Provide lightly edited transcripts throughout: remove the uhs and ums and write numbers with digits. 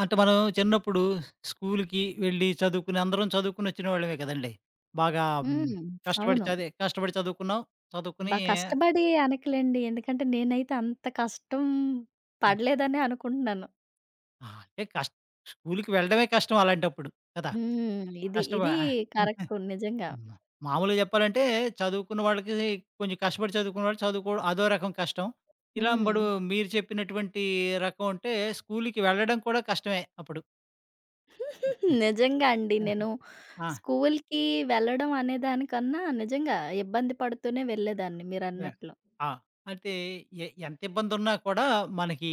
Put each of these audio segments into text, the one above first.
అంటే మనం చిన్నప్పుడు స్కూల్‌కి వెళ్ళి చదువుకుని అందరం చదువుకునొచ్చిన వాళ్ళమే కదండీ! బాగా హ్మ్, హ్మ్. కష్టపడి అవును. కష్టపడి చదువుకున్నాం. చదువుకుని. బా కష్టపడి అనకలేండి. ఎందుకంటే నేనైతే అంత కష్టం పడలేదనే అనుకుంటున్నాను. ఆ! అంటే కష్ స్కూల్‌కి వెళ్ళడమే కష్టం అలాంటప్పుడు కదా! హ్మ్. ఇది కష్టమా? ఇది కరెక్ట్ నిజంగా. హ్మ్. మామూలుగా చెప్పాలంటే చదువుకున్న వాళ్ళకి కొంచెం కష్టపడి చదువుకున్న వాళ్ళు చదువుకోవడం అదో రకం కష్టం. ఇలా ఇప్పుడు హ్మ్. మీరు చెప్పినటువంటి రకం అంటే స్కూల్‌కి వెళ్ళడం కూడా కష్టమే అప్పుడు. నిజంగా అండి. ఆహా! నేను ఆ! స్కూల్‌కి వెళ్ళడం అనేదానికన్నా నిజంగా ఇబ్బంది పడుతూనే వెళ్ళేదాన్ని యాహ్! మీరన్నట్లు. ఆ! అంటే ఎంత ఇబ్బందున్నా కూడా మనకి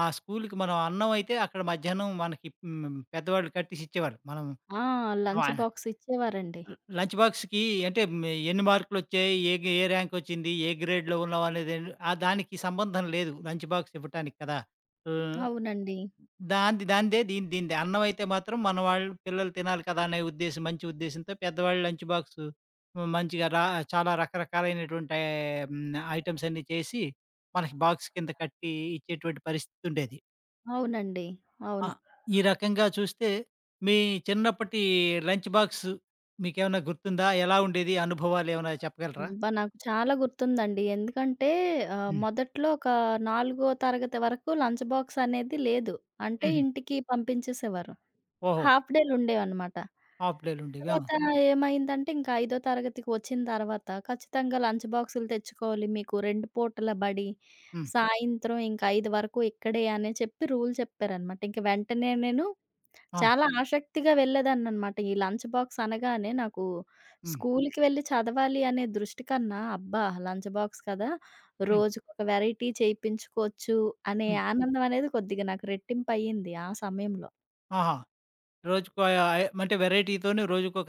ఆ స్కూలుకి మనం అన్నం అయితే అక్కడ మధ్యాహ్నం మనకి పెద్దవాళ్ళు కట్టేసి ఇచ్చేవారు. మనం ఆ! వ లంచ్ బాక్స్ ఇచ్చేవారండి. లంచ్ బాక్స్‌కి అంటే ఎన్ని మార్కులొచ్చాయి? ఏ ర్యాంకొచ్చింది? ఏ గ్రేడ్‌లో ఉన్నావు? అనేది ఆ దానికి సంబంధం లేదు లంచ్ బాక్స్ ఇవ్వటానికి కదా! ఆహ్! అవునండి. దాందే. దీనిదే. అన్నమైతే మాత్రం మన వాళ్ళు పిల్లలు తినాలి కదా! అనే ఉద్దేశ్యం, మంచి ఉద్దేశ్యంతో పెద్దవాళ్ళు లంచ్ బాక్సు. హ్మ్. మంచిగా రా చాలా రకరకాలైనటువంటి ఐటెమ్స్ అన్నీ చేసి, మనకి బాక్స్ కింద కట్టి ఇచ్చేటువంటి పరిస్థితి ఉండేది. అవునండి. ఆ! అవును. ఈ రకంగా చూస్తే మీ చిన్నప్పటి లంచ్ బాక్సు మీకేమైనా గుర్తుందా? ఎలా ఉండేది? అనుభవాలేమైనా చెప్పగలరా? అబ్బా! నాకు చాలా గుర్తుందండి. ఎందుకంటే హ్మ్. మొదట్లో ఒక నాలుగో తరగతి వరకు లంచ్ బాక్స్ అనేది లేదు. అంటే హుహు. ఇంటికి పంపించేసేవారు. ఓహో! హాఫ్ డేలు ఉండేవన్నమాట. హాఫ్ డేలుండేవి. ఆ! తర్వాత ఏమైందంటే ఇంకా ఐదో తరగతికి వచ్చిన తర్వాత ఖచ్చితంగా లంచ్ బాక్సులు తెచ్చుకోవాలి. మీకు 2 పూటల బడి, హ్మ్. సాయంత్రం ఇంక 5 వరకు ఇక్కడే అని చెప్పి రూల్ చెప్పారన్నమాట. ఇంక వెంటనే నేను ఆ! చాలా ఆసక్తిగా వెళ్ళేదాన్ననమాట. ఈ లంచ్ బాక్స్ అనగానే నాకు హ్మ్. స్కూల్‌కి వెళ్లి చదవాలి అనే దృష్టి కన్నా, అబ్బా! లంచ్ బాక్స్ కదా! హ్మ్. రోజుకొక వెరైటీ చేయించుకోవచ్చు అనే హ్మ్. ఆనందం అనేది కొద్దిగా నాకు రెట్టింపయ్యింది ఆ సమయంలో. ఆహా! రోజుకో ఆహ్, అంటే వేరైటీతోని రోజుకొక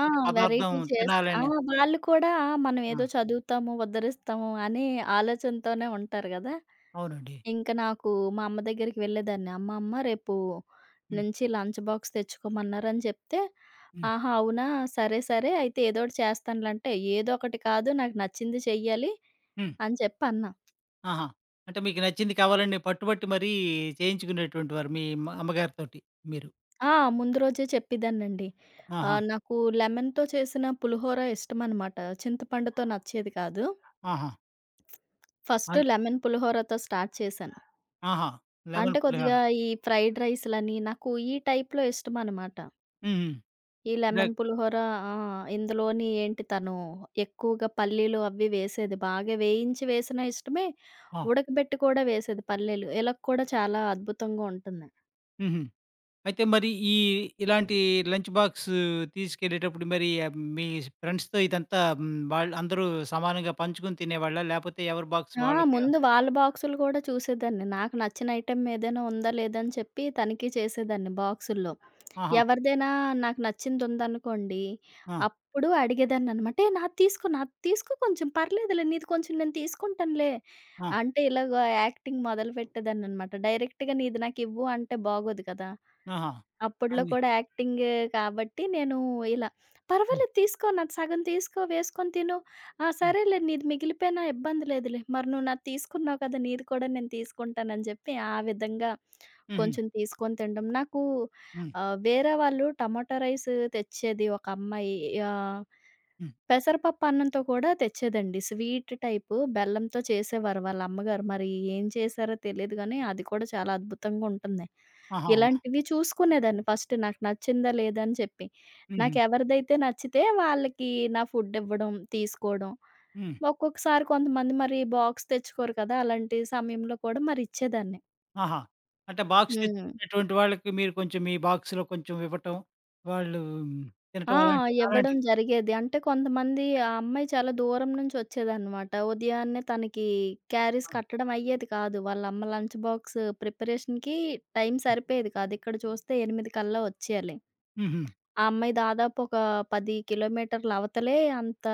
ఆ! పదార్థం వెరైటీ చేస్తా ఆ! తినాలని. వాళ్ళు కూడా మనం ఆ! ఏదో చదువుతాము, ఉద్ధరిస్తాము అనే ఆలోచనతోనే ఉంటారు గదా! అవునండి. ఇంక నాకు మా అమ్మ దగ్గరికి వెళ్ళేదాన్ని. అమ్మ, అమ్మ రేపు హ్మ్. నుంచి లంచ్ బాక్స్ తెచ్చుకోమన్నారని చెప్తే, హ్మ్. "ఆహా! అవునా? సరే, సరే అయితే ఏదోకటి చేస్తానులే" అంటే, "ఏదో ఒకటి కాదు నాకు నచ్చింది చెయ్యాలి" హ్మ్. అని చెప్పి అన్నా. ఆహా! అంటే మీకు నచ్చింది కావాలని పట్టుబట్టి మరీ చేయించుకునేటువంటివారు మీ అమ్మగారితోటి మీరు. ఆ! ముందు రోజే చెప్పేదాన్నండి. ఆహా! నాకు లెమన్‌తో చేసిన పులిహోర ఇష్టమనమాట. చింతపండుతో నచ్చేది కాదు. ఆహా! ఫస్ట్ అన్ లెమన్ పులిహోరతో స్టార్ట్ చేశాను. ఆహా! అంటే లెమన్ పులిహోర. కొద్దిగా ఈ ఫ్రైడ్ రైస్‌లని నాకు ఈ టైప్‌లో ఇష్టమనమాట. హుహు. ఈ ఇలా. లెమన్ పులిహోర ఆ! ఇందులోని ఏంటి తను ఎక్కువగా పల్లీలు అవి వేసేది. బాగా వేయించి వేసినా ఇష్టమే, ఆ! ఉడకబెట్టి కూడా వేసేది పల్లీలు. ఇలా కూడా చాలా అద్భుతంగా ఉంటుంది. హుహు. అయితే మరి ఈ ఇలాంటి లంచ్ బాక్స్ తీసుకెళ్ళేటప్పుడు మరి ఆహ్, మీ ఫ్రెండ్స్‌తో ఇదంతా వాళ్ళు అందరూ సమానంగా పంచుకొని తినేవాళ్ళా? లేపోతే ఎవరి బాక్స్ ఆ! వాళ్ళకే? ముందు వాళ్ళ బాక్సులు కూడా చూసేదాన్ని. నాకు నచ్చిన ఐటెమ్ ఏదైనా ఉందా లేదా అని చెప్పి తనిఖీ చేసేదాన్ని బాక్సుల్లో. ఆహా! ఎవరిదైనా నాకు నచ్చింది ఉందనుకోండి, ఆ! అప్పుడు అడిగేదాన్ననమాట. "ఏ! నాది తీసుకో, నాది తీసుకో కొంచెం పర్లేదులే, నీది కొంచెం నేను తీసుకుంటానులే." ఆ! అంటే ఇలాగ యాక్టింగ్ మొదలుపెట్టేదాన్ననమాట. డైరెక్ట్‌గా "నీది నాకివ్వు" అంటే బాగోదు కదా! ఆహా! అప్పట్లో అన్ని. కూడా యాక్టింగ్ కాబట్టి నేను ఇలా హ్మ్. "పర్వాలేదు తీసుకో, నాది సగం తీసుకో, వేసుకొని తిను. ఆ! హ్మ్. సరేలే నీది మిగిలిపోయినా ఇబ్బంది లేదులే. మరి నువ్వు నాది తీసుకున్నావు కదా! నీది కూడా నేను తీసుకుంటాను" అని చెప్పి ఆ విధంగా హుహు. కొంచెం తీసుకొని తినడం. నాకు హ్మ్. వేరే వాళ్ళు టమాటా రైస్ తెచ్చేది ఒక అమ్మాయి. ఆహ్, హ్మ్. పెసరపప్పు అన్నంతో కూడా తెచ్చేదండి. స్వీట్ టైపు బెల్లంతో చేసేవారు వాళ్ళ అమ్మగారు. మరి ఏం చేశారో తెలీదు గానీ, అది కూడా చాలా అద్భుతంగా ఉంటుంది. ఆహా! ఇలాంటివి చూసుకునేదాన్ని ఫస్ట్ నాకు నచ్చిందా లేదా అని చెప్పి. హుహు. నాకెవరిదైతే నచ్చితే వాళ్ళకి నా ఫుడ్ ఇవ్వడం, తీసుకోవడం. హ్మ్. ఒక్కొక్కసారి కొంతమంది మరి బాక్స్ తెచ్చుకోరు కదా! అలాంటి సమయంలో కూడా మరి ఇచ్చేదాన్ని. ఆహా! అంటే బాక్స్ హ్మ్. తెచ్చుకున్నటువంటి వాళ్ళకి మీరు కొంచెం మీ బాక్స్‌లో కొంచెం ఇవ్వటం, వాళ్ళు ఆ! తినటం అలాంటి ఇవ్వడం అలాంటిది. జరిగేది. అంటే కొంతమంది ఆ అమ్మాయి చాలా దూరం నుంచి వచ్చేదనమాట. ఉదయాన్నే తనకి క్యారీస్ హ్మ్. కట్టడం అయ్యేది కాదు. వాళ్ళమ్మ లంచ్ బాక్స్ ప్రిపరేషన్‌కి టైం సరిపోయేది కాదు. ఇక్కడ చూస్తే 8 కల్లా వచ్చేయాలి. హుహు. ఆ అమ్మాయి దాదాపు ఒక 10 కిలోమీటర్ల అవతలే అంత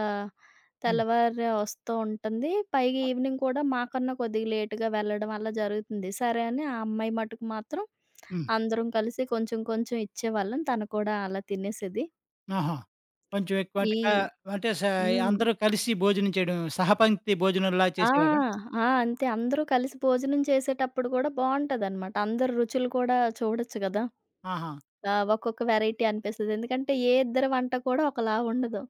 హ్మ్. తెల్లవారే వస్తూ ఉంటుంది. పైగా ఈవినింగ్ కూడా మాకన్నా కొద్దిగా లేట్‌గా వెళ్ళడం అలా జరుగుతుంది. సరే అని ఆ అమ్మాయి మటుకు మాత్రం హ్మ్. అందరం కలిసి కొంచెం కొంచెం ఇచ్చేవాళ్ళం. తను కూడా అలా తినేసేది. ఆహా! కొంచెం ఎక్కువ ఈ అంటే అంటే హ్మ్. అందరూ కలిసి భోజనం చేయడం, సహపంక్తి భోజనంలా ఆ! చేసేవారా? ఆ! అంతే. అందరూ కలిసి భోజనం చేసేటప్పుడు కూడా బావుంటదనమాట. అందరు రుచులు కూడా చూడొచ్చు గదా! ఆహా! ఒక్కొక్క వెరైటీ అనిపిస్తది. ఎందుకంటే ఏ ఇద్దరి వంట కూడా ఒకలా ఉండదు.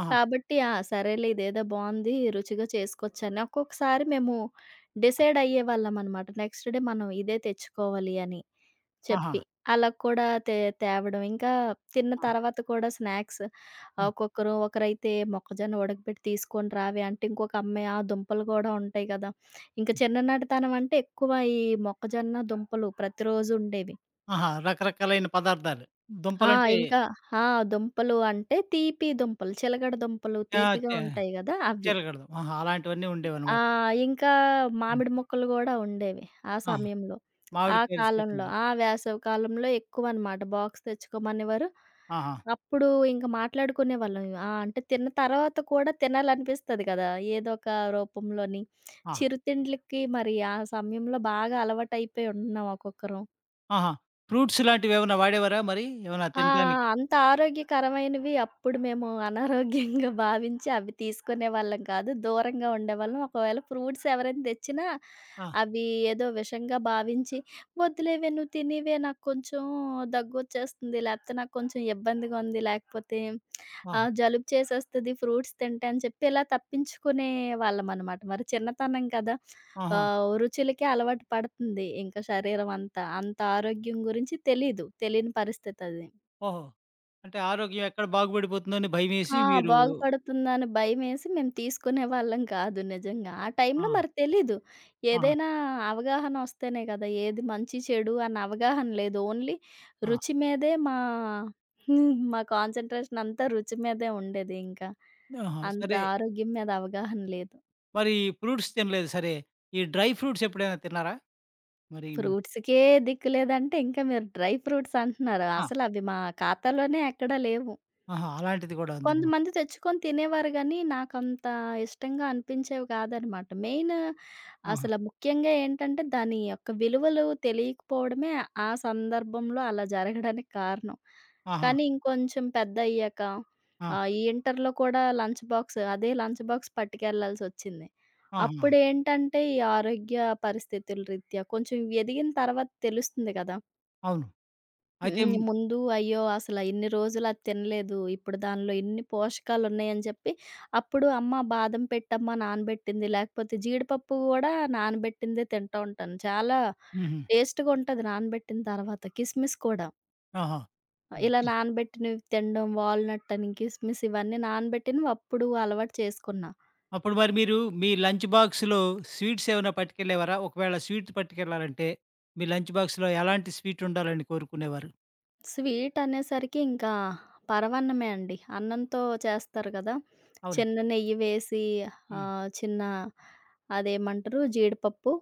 ఆహా! కాబట్టి ఆ! సరేలే ఇదేదో బావుంది. రుచిగా చేసుకోవచ్చని. ఒక్కొక్కసారి మేము డిసైడ్ అయ్యేవాళ్ళమనమాట. నెక్స్ట్ డే మనం ఇదే తెచ్చుకోవాలి అని. ఆహా! చెప్పి. అలా కూడా తేవడం. ఇంకా తిన్న ఆ! తర్వాత కూడా స్నాక్స్ హ్మ్. ఒక్కొక్కరు ఒకరైతే మొక్కజొన్న ఉడకబెట్టి తీసుకొని రావే అంటే, ఇంకొక అమ్మాయి ఆ దుంపలు గూడా ఉంటాయి గదా! ఇంక హ్మ్. చిన్ననాటితనం అంటే ఎక్కువ ఈ మొక్కజొన్న దుంపలు ప్రతిరోజు ఉండేవి. ఆహా! రకరకాలైన పదార్థాలు. ఆ! దుంపలంటే? ఇంకా ఆ! దుంపలు అంటే తీపి దుంపలు, చిలకడ దుంపలు ఆ! తీపిగా చే ఉంటాయి గదా! అవి. చీలకడ ఆహా! అలాంటివన్నీ ఆ! ఉండేవన్నమాట. ఇంకా హ్మ్. మామిడి మొక్కలు గూడా ఉండేవి ఆ ఆ! సమయంలో. ఆ మామిడికాయల కాలంలో. సీజన్‌లో. ఆ! వేసవి కాలంలో ఎక్కువనమాట. బాక్స్ తెచ్చుకోమనేవారు. ఆహా! అప్పుడు ఇంక మాట్లాడుకునేవాళ్ళం. ఆ! అంటే తిన్న తర్వాత కూడా తినాలనిపిస్తది కదా! ఏదో ఒక రూపంలోని. ఆ! చిరుతిండ్లకి మరి ఆ సమయంలో బాగా అలవాటయిపోయి ఉన్నాం ఒక్కొక్కరం. ఆహా! ఫ్రూట్స్ లాంటివేమన్నా వాడేవారా మరి? ఏమన్నా ఆ! తినడానికి? అంత ఆరోగ్యకరమైనవి అప్పుడు మేము అనారోగ్యంగా భావించి అవి తీసుకునేవాళ్ళం కాదు. దూరంగా ఉండేవాళ్ళం. ఒకవేళ ఫ్రూట్స్ ఎవరైనా తెచ్చినా ఆ! అవి ఏదో విషంగా భావించి, "వద్దులేవే నువ్వు తినివే నాకు కొంచెం దగ్గొచ్చేస్తుంది, లేకపోతే నాకు కొంచెం ఇబ్బందిగా ఉంది, లేకపోతే ఆ! జలుబు చేసేస్తది ఫ్రూట్స్ తింటే" అని చెప్పి ఇలా తప్పించుకునే వాళ్ళమనమాట. మరి చిన్నతనం కదా! ఆహా! రుచులకే అలవాటు పడుతుంది ఇంకా శరీరం అంతా. అంత ఆరోగ్యం గురించి తెలీదు. తెలియని పరిస్థితది. ఓహో! అంటే ఆరోగ్యం ఎక్కడ బాగుపడిపోతుందో అని ఆ! భయమేసి మీరు? బాగుపడుతుందని భయమేసి మేము తీసుకునేవాళ్ళం కాదు నిజంగా. ఆ ఆ! టైంలో మరి తెలీదు. ఆహా! ఏదైనా అవగాహన వస్తేనే కదా! ఏది మంచి, చెడు అన్న అవగాహన లేదు. ఓన్లీ ఆ! రుచి మీదే మా మా కాన్సంట్రేషన్ అంతా రుచి మీదే ఉండేది ఇంకా. ఆహా! అంత సరే. ఆరోగ్యం మీద అవగాహన లేదు. మరి ఫ్రూట్స్ తినలేదు సరే. ఈ డ్రై ఫ్రూట్స్ ఎప్పుడైనా తిన్నారా? మరి. ఫ్రూట్స్‌కే దిక్కు లేదంటే ఇంకా మీరు డ్రై ఫ్రూట్స్ అంటున్నారు. ఆ! అసలు అవి మా ఖాతాలోనే ఎక్కడా లేవు. ఆహా! అలాంటిది కూడా ఉందన్నమాట. కొంతమంది తెచ్చుకొని తినేవారు గానీ, నాకంత ఇష్టంగా అనిపించేవి కాదనమాట. మెయిన్ ఆహా! అసల ముఖ్యంగా ఏంటంటే, దాని యొక్క విలువలు తెలియకపోవడమే ఆ సందర్భంలో అలా జరగడానికి కారణం. ఆహా! కానీ ఇంకొంచెం పెద్దయ్యాక ఆ! ఈ ఇంటర్‌లో కూడా లంచ్ బాక్స్ అదే లంచ్ బాక్స్ పట్టుకెళ్ళాల్సొచ్చింది. ఆహా! అప్పుడేంటంటే, ఈ ఆరోగ్య పరిస్థితుల రీత్యా కొంచెం ఎదిగిన తర్వాత తెలుస్తుంది కదా! అవును. అయితే. హ్మ్. ముందు అయ్యో! అసల ఇన్ని రోజులు అది తినలేదు. ఇప్పుడు దానిలో ఇన్ని పోషకాలున్నాయని చెప్పి, అప్పుడు అమ్మ బాదం పెట్టమ్మ నానబెట్టింది, లేకపోతే జీడిపప్పు గూడా నానబెట్టిందే తింటా ఉంటాను. చాలా హుహు. టేస్ట్‌గా ఉంటది నానబెట్టిన తర్వాత. కిస్మిస్ కూడా. ఆహా! ఇలా నానబెట్టినవి తినడం, వాల్‌నట్ అని, కిస్మిస్ ఇవన్నీ నానబెట్టినవి అప్పుడు అలవాటు చేసుకున్నా. అప్పుడు మరి మీరు మీ లంచ్ బాక్స్‌లో స్వీట్స్ ఏమైనా పట్టుకెళ్ళేవారా? ఒకవేళ స్వీట్ పట్టుకెళ్ళాలంటే, మీ లంచ్ బాక్స్‌లో ఎలాంటి స్వీట్ ఉండాలని కోరుకునేవారు? స్వీట్ అనేసరికి ఇంకా పరమాన్నమే అండి. అన్నంతో చేస్తారు గదా! అవునండి. చిన్న నెయ్యి వేసి హ్మ్. చిన్న అదేమంటారు? జీడిపప్పు,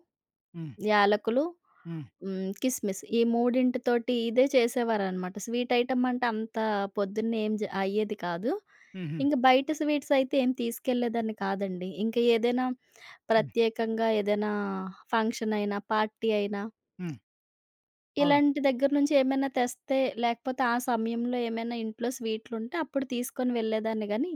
హ్మ్. యాలకులు, హ్మ్. హ్మ్, కిస్మిస్ ఈ మూడింటితోటి ఇదే చేసేవారనమాట. స్వీట్ ఐటెమ్ అంటే అంత పొద్దున్నే ఏం జ అయ్యేది కాదు. హుహు. ఇంక బయట స్వీట్స్ అయితే ఏం తీసుకెళ్ళేదాన్ని కాదండి. ఇంక ఏదైనా హ్మ్. ప్రత్యేకంగా ఏదైనా ఫంక్షన్ అయినా, పార్టీ అయినా హ్మ్. అవును. ఇలాంటి దగ్గర నుంచి ఏమైనా తెస్తే, లేకపోతే ఆ సమయంలో ఏమైనా ఇంట్లో స్వీట్లుంటే అప్పుడు తీసుకొని వెళ్ళేదాన్ని గానీ,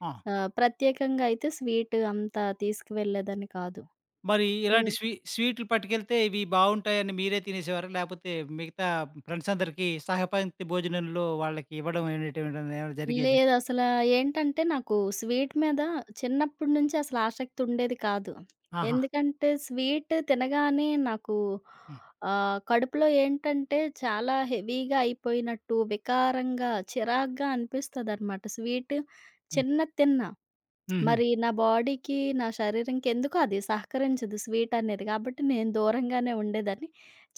ఆ! ప్రత్యేకంగా అయితే స్వీట్ అంత తీసుకువెళ్ళేదాన్ని కాదు. మరి ఇలాంటి హ్మ్. స్వీట్లు పట్టుకెళ్తే ఇవి బావుంటాయని మీరే తినేసేవారా? లేపోతే మిగతా ఫ్రెండ్స్ అందరికీ సహపంక్తి భోజనంలో వాళ్ళకి ఇవ్వడం అనేటువంటిది ఏమైనా జరిగేదా? లేదసలా ఏంటంటే, నాకు స్వీట్ మీద చిన్నప్పటి నుంచి అసలు ఆసక్తి ఉండేది కాదు. ఆహా! ఎందుకంటే, స్వీట్ తినగానే నాకు హ్మ్. కడుపులో ఏంటంటే, చాలా హెవీగా అయిపోయినట్టు, వికారంగా, చిరాగ్గా అనిపిస్తదనమాట. స్వీట్ హ్మ్. చిన్నది తిన్నా, హుహు. మరి నా బాడీకి, నా శరీరంకి ఎందుకో అది సహకరించదు స్వీట్ అనేది. కాబట్టి నేను దూరంగానే ఉండేదాన్ని.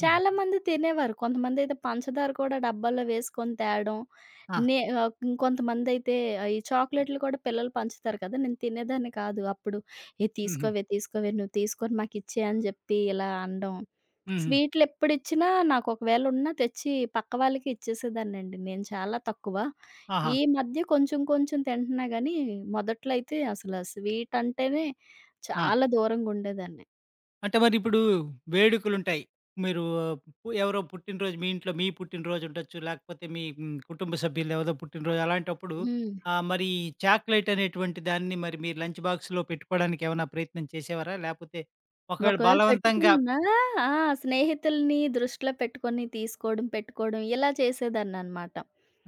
హుహు. చాలామంది తినేవారు. కొంతమందైతే పంచదార కూడా డబ్బాలో వేసుకొని తేడం. ఆ! ఇంకొంతమందైతే ఈ చాక్లెట్‌లు కూడా పిల్లలు పంచుతారు కదా! నేను తినేదాన్ని కాదు అప్పుడు. "ఏహ్! హుహు. తీసుకోవే, తీసుకోవే నువ్వు తీసుకొని మాకిచ్చేయి" అని జెప్పి ఇలా అనడం. హుహు. స్వీట్‌లెప్పుడిచ్చినా నాకు ఒకవేళ ఉన్నా తెచ్చి పక్క వాళ్ళకి ఇచ్చేసేదాన్నండి. నేను చాలా తక్కువ. ఆహా! ఈ మధ్య కొంచెం కొంచెం తింటున్నా గానీ, మొదట్లో అయితే అసల స్వీట్ అంటేనే ఆ! చాలా దూరంగుండేదాన్ని. అంటే మరిప్పుడు వేడుకలుంటాయి. మీరు ఎవరో పుట్టినరోజు, మీ ఇంట్లో మీ పుట్టినరోజు ఉండొచ్చు. లేకపోతే మీ కుటుంబ సభ్యులెవరదో పుట్టినరోజు అలాంటప్పుడు హ్మ్. మరి చాక్లెట్ అనేటువంటి దాన్ని మరి మీరు లంచ్ బాక్స్‌లో పెట్టుకోవడానికి ఏమైనా ప్రయత్నం చేసేవారా? లేపోతే ఒకవేళ ఒకవేళ బలవంతంగా? పెట్టుకున్నా ఆ! స్నేహితులని దృష్టిలో పెట్టుకొని తీసుకోవడం, పెట్టుకోవడం ఇలా చేసేదాన్ననమాట.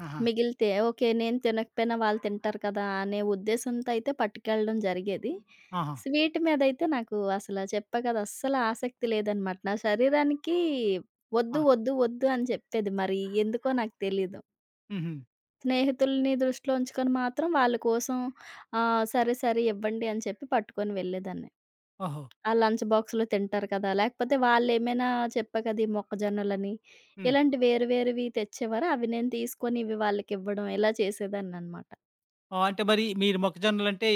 ఆహా! మిగిలితే ఓకే. నేను తినకపోయినా వాళ్ళు తింటారు కదా! అనే ఉద్దేశంతో అయితే పట్టుకెళ్ళడం జరిగేది. ఆహా! స్వీట్ మీదయితే నాకు అసల చెప్పా కదా! అస్సలు ఆసక్తి లేదనమాట. నా శరీరానికి వద్దు, ఆ! వద్దు, వద్దు అని చెప్పేది. మరి ఎందుకో నాకు తెలీదు. హుహు. స్నేహితులని దృష్టిలో ఉంచుకొని మాత్రం వాళ్ళ కోసం సరే, సరే ఇవ్వండి అని చెప్పి పట్టుకొని వెళ్ళేదాన్ని. ఓహో! ఆ లంచ్ బాక్స్‌లో తింటారు కదా! లేకపోతే వాళ్ళేమైనా చెప్పా కదా! ఈ మొక్కజొన్నలని హ్మ్. ఇలాంటి వేరు వేరువి తెచ్చేవారు. అవి నేను తీసుకొని ఇవి వాళ్ళకివ్వడం ఇలా చేసేదాన్ననమాట. ఆహ్, అంటే మరి మీరు మొక్కజొన్నలంటే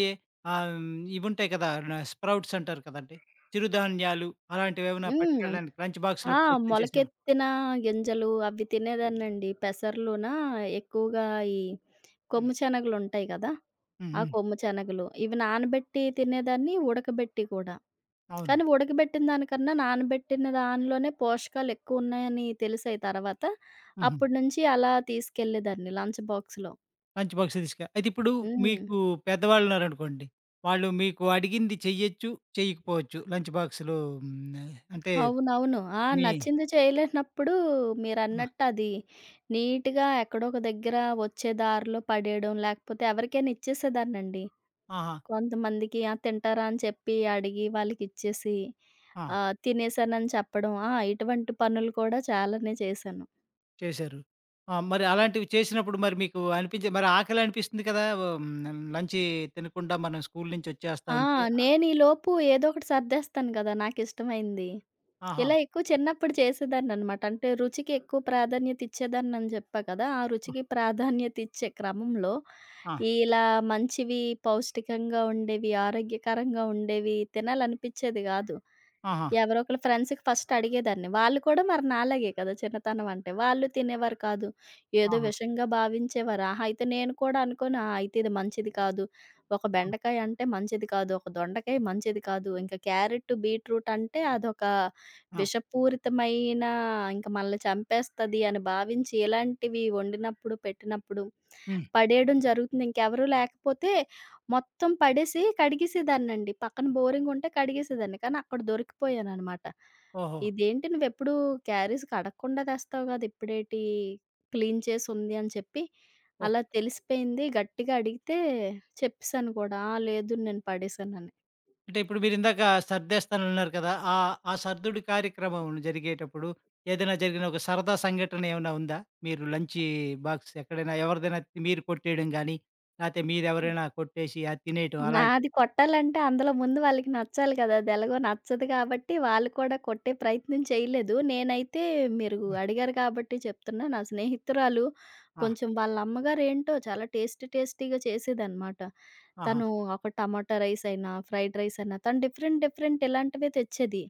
ఆహ్, ఇవుంటాయి కదా! స్ప్రౌట్స్ అంటారు కదండీ! చిరుధాన్యాలు అలాంటివేమైనా హ్మ్. పట్టుకెళ్ళడానికి లంచ్ బాక్స్‌లో ఆ! ప్రయత్నం చేసేవా? మొలకెత్తిన గింజలు అవి తినేదాన్నండి. పెసర్లునా ఎక్కువగా ఈ హ్మ్. కొమ్ము శనగలుంటాయి కదా! హ్మ్. ఆ హ్మ్. కొమ్ము శనగలు ఇవి నానబెట్టి తినేదాన్ని, ఉడకబెట్టి కూడా. అవును. కానీ ఉడకబెట్టిన దానికన్నా నానబెట్టిన దానిలోనే పోషకాలెక్కువున్నాయని తెలిసాయి తర్వాత. హుహు. అప్పటి నుంచి అలా తీసుకెళ్ళేదాన్ని లంచ్ బాక్స్‌లో. లంచ్ బాక్స్ తీసుక అయితే ఇప్పుడు హ్మ్. మీకు పెద్దవాళ్ళున్నారనుకోండి. వాళ్ళు మీకు అడిగింది చెయ్యొచ్చు, చెయ్యకపోవచ్చు. లంచ్ బాక్స్‌లో హ్మ్. అంటే అవునవును. ఆ! మీ. నచ్చింది చేయలేనప్పుడు ఆ! మీరన్నట్టు అది నీట్‌గా ఎక్కడో ఒక దగ్గర వచ్చే దారిలో పడేయడం, లేకపోతే ఎవరికైనా ఇచ్చేసేదాన్నండి. ఆహా! కొంతమందికి ఆ! తింటారా అని చెప్పి అడిగి వాళ్ళకిచ్చేసి ఆ! తినేసానని చెప్పడం. ఆ! ఇటువంటి పనులు కూడా చాలానే చేశాను. చేశారు. ఆ! మరి అలాంటివి చేసినప్పుడు మరి మీకు అనిపించే మరి ఆకలనిపిస్తుంది కదా! లంచ్ తినకుండా మనం స్కూలు నుంచొచ్చేస్తా ఆ! ఉంటే. నేనీలోపు ఏదో ఒకటి సర్దేస్తాను గదా! నాకిష్టమైంది. ఆహా! ఇలా ఎక్కువ చిన్నప్పుడు చేసేదాన్ననమాట. అంటే రుచికి ఎక్కువ ప్రాధాన్యత ఇచ్చేదాన్నని చెప్పా కదా! ఆ ఆ! రుచికి ప్రాధాన్యత ఇచ్చే క్రమంలో ఆ! ఇలా మంచివి, పౌష్టికంగా ఉండేవి, ఆరోగ్యకరంగా ఉండేవి తినాలనిపిచ్చేది గాదు. ఆహా! ఎవరో ఒకళ్ళ ఫ్రెండ్స్‌కి ఫస్ట్ అడిగేదాన్ని. వాళ్ళు కూడా మరి నాలాగే కదా! చిన్నతనం అంటే. వాళ్ళు తినేవారు కాదు. ఏదో ఆహా! విషంగా భావించేవారు. ఆహా! అయితే నేను కూడా అనుకోని ఆహా! అయితే ఇది మంచిది కాదు. ఒక ఆ! బెండకాయ అంటే మంచిది కాదు. ఒక దొండకాయ మంచిది కాదు. ఇంకా క్యారెట్, బీట్రూట్ అంటే అదొక ఆ! విషపూరితమైన ఇంక మనల్ని చంపేస్తది అని భావించి ఇలాంటివి వండినప్పుడు, పెట్టినప్పుడు హ్మ్. పడేయడం జరుగుతుంది. ఇంకెవరు లేకపోతే మొత్తం పడేసి కడిగేసేదాన్నండి. పక్కన బోరింగుంటే కడిగేసేదాన్ని. కానీ అక్కడ దొరికిపోయాననమాట. ఓహో! "ఇదేంటి నువ్వెప్పుడూ క్యారీస్ కడగకుండా తెస్తావు గదా! ఇప్పుడేటి క్లీన్ చేసుంది" అని చెప్పి ఓహ్! అలా తెలిసిపోయింది. గట్టిగా అడిగితే చెప్పేసాను కూడా. "ఆ! లేదు నేను పడేసానని." అంటే ఇప్పుడు మీరిందాక సర్దేస్తానన్నారు కదా! ఆ ఆ సర్దుడు కార్యక్రమం జరిగేటప్పుడు ఏదైనా జరిగిన ఒక సరదా సంఘటన ఏమైనా ఉందా? మీరు లంచీ బాక్స్ ఎక్కడైనా ఎవరిదైనా మీరు కొట్టేయడం గానీ, లేతే మీరెవరైనా కొట్టేసి అది తినేయటం అలాంటివి. నాది కొట్టాలంటే అందులో ముందు వాళ్ళకి నచ్చాలి కదా! అదెలాగో నచ్చదు కాబట్టి వాళ్ళు కూడా కొట్టే ప్రయత్నం చేయలేదు. నేనైతే మీరు అడిగారు కాబట్టి చెప్తున్నా. నా స్నేహితురాలు ఆ! కొంచెం వాళ్ళ అమ్మగారు ఏంటో చాలా టేస్టీ టేస్టీగా చేసేదనమాట. ఆహా! తను ఒక టమాటా రైస్ అయినా, ఫ్రైడ్ రైస్ అయినా తను డిఫరెంట్ డిఫరెంట్ ఇలాంటివే తెచ్చేది.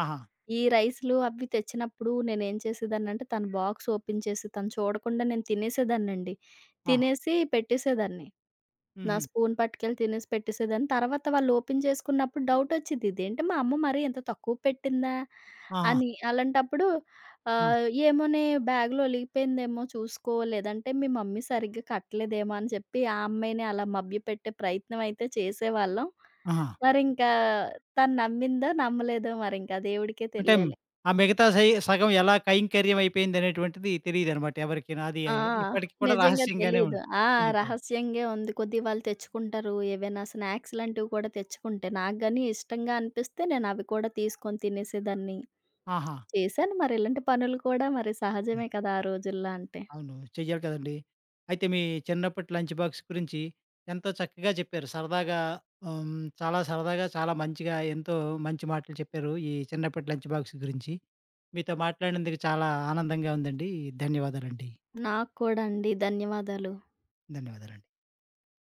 ఆహా! ఈ రైస్‌లు అవి తెచ్చినప్పుడు నేనేం చేసేదాన్నంటే తను బాక్స్ ఓపెన్ చేసి తను చూడకుండా నేను తినేసేదాన్నండి. ఆహా! తినేసి పెట్టేసేదాన్ని. నా హుహు. స్పూన్ పట్టుకెళ్ళి తినేసి పెట్టేసేదాన్ని. తర్వాత వాళ్ళు ఓపెన్ చేసుకున్నప్పుడు డౌటొచ్చిద్ది. ఇదేంటి మా అమ్మ మరీ ఇంత తక్కువ పెట్టిందా? ఆహా! అని. అలాంటప్పుడు ఆ! ఏమోనే బ్యాగ్‌లో ఒలిగిపోయిందేమో చూసుకో, లేదంటే మీ మమ్మీ సరిగ్గా కట్టలేదేమో అని చెప్పి ఆ అమ్మాయిని అలా మభ్యపెట్టే ప్రయత్నం అయితే చేసేవాళ్ళం. ఆహా! మరింకా తను నమ్మిందో, నమ్మలేదో మరింక ఆ దేవుడికే అంటే తెలియాలి. ఆ మిగతా సగం ఎలా కైంకర్యం అయిపోయిందనేటువంటిది తెలీదనమాట ఎవరికీను. అది ఆ! ఇప్పటికి కూడా నిజంగా రహస్యంగానే తెలీదు. ఉండి ఆ! ఉండిపోయింది. రహస్యంగే ఉంది. కొద్దిగా వాళ్ళు తెచ్చుకుంటారు. ఏవైనా స్నాక్స్ లాంటివి కూడా తెచ్చుకుంటే, నాకు గాని ఇష్టంగా అనిపిస్తే నేను అవి కూడా తీసుకొని తినేసేదాన్ని. ఆహా! చేశాను మరి ఇలాంటి పనులు కూడా మరి సహజమే కదా! ఆ రోజుల్లో అంటే. అవును. చెయ్యాలి కదండీ! అయితే మీ చిన్నప్పటి లంచ్ బాక్స్ గురించి ఎంతో చక్కగా చెప్పారు. సరదాగా ఆహ్, హ్మ్. చాలా సరదాగా, చాలా మంచిగా ఎంతో మంచి మాటలు చెప్పారు ఈ చిన్నప్పటి లంచ్ బాక్స్ గురించి. మీతో మాట్లాడినందుకు చాలా ఆనందంగా ఉందండి. ధన్యవాదాలండి. నాకు కూడా అండి. ధన్యవాదాలు. ధన్యవాదాలండి.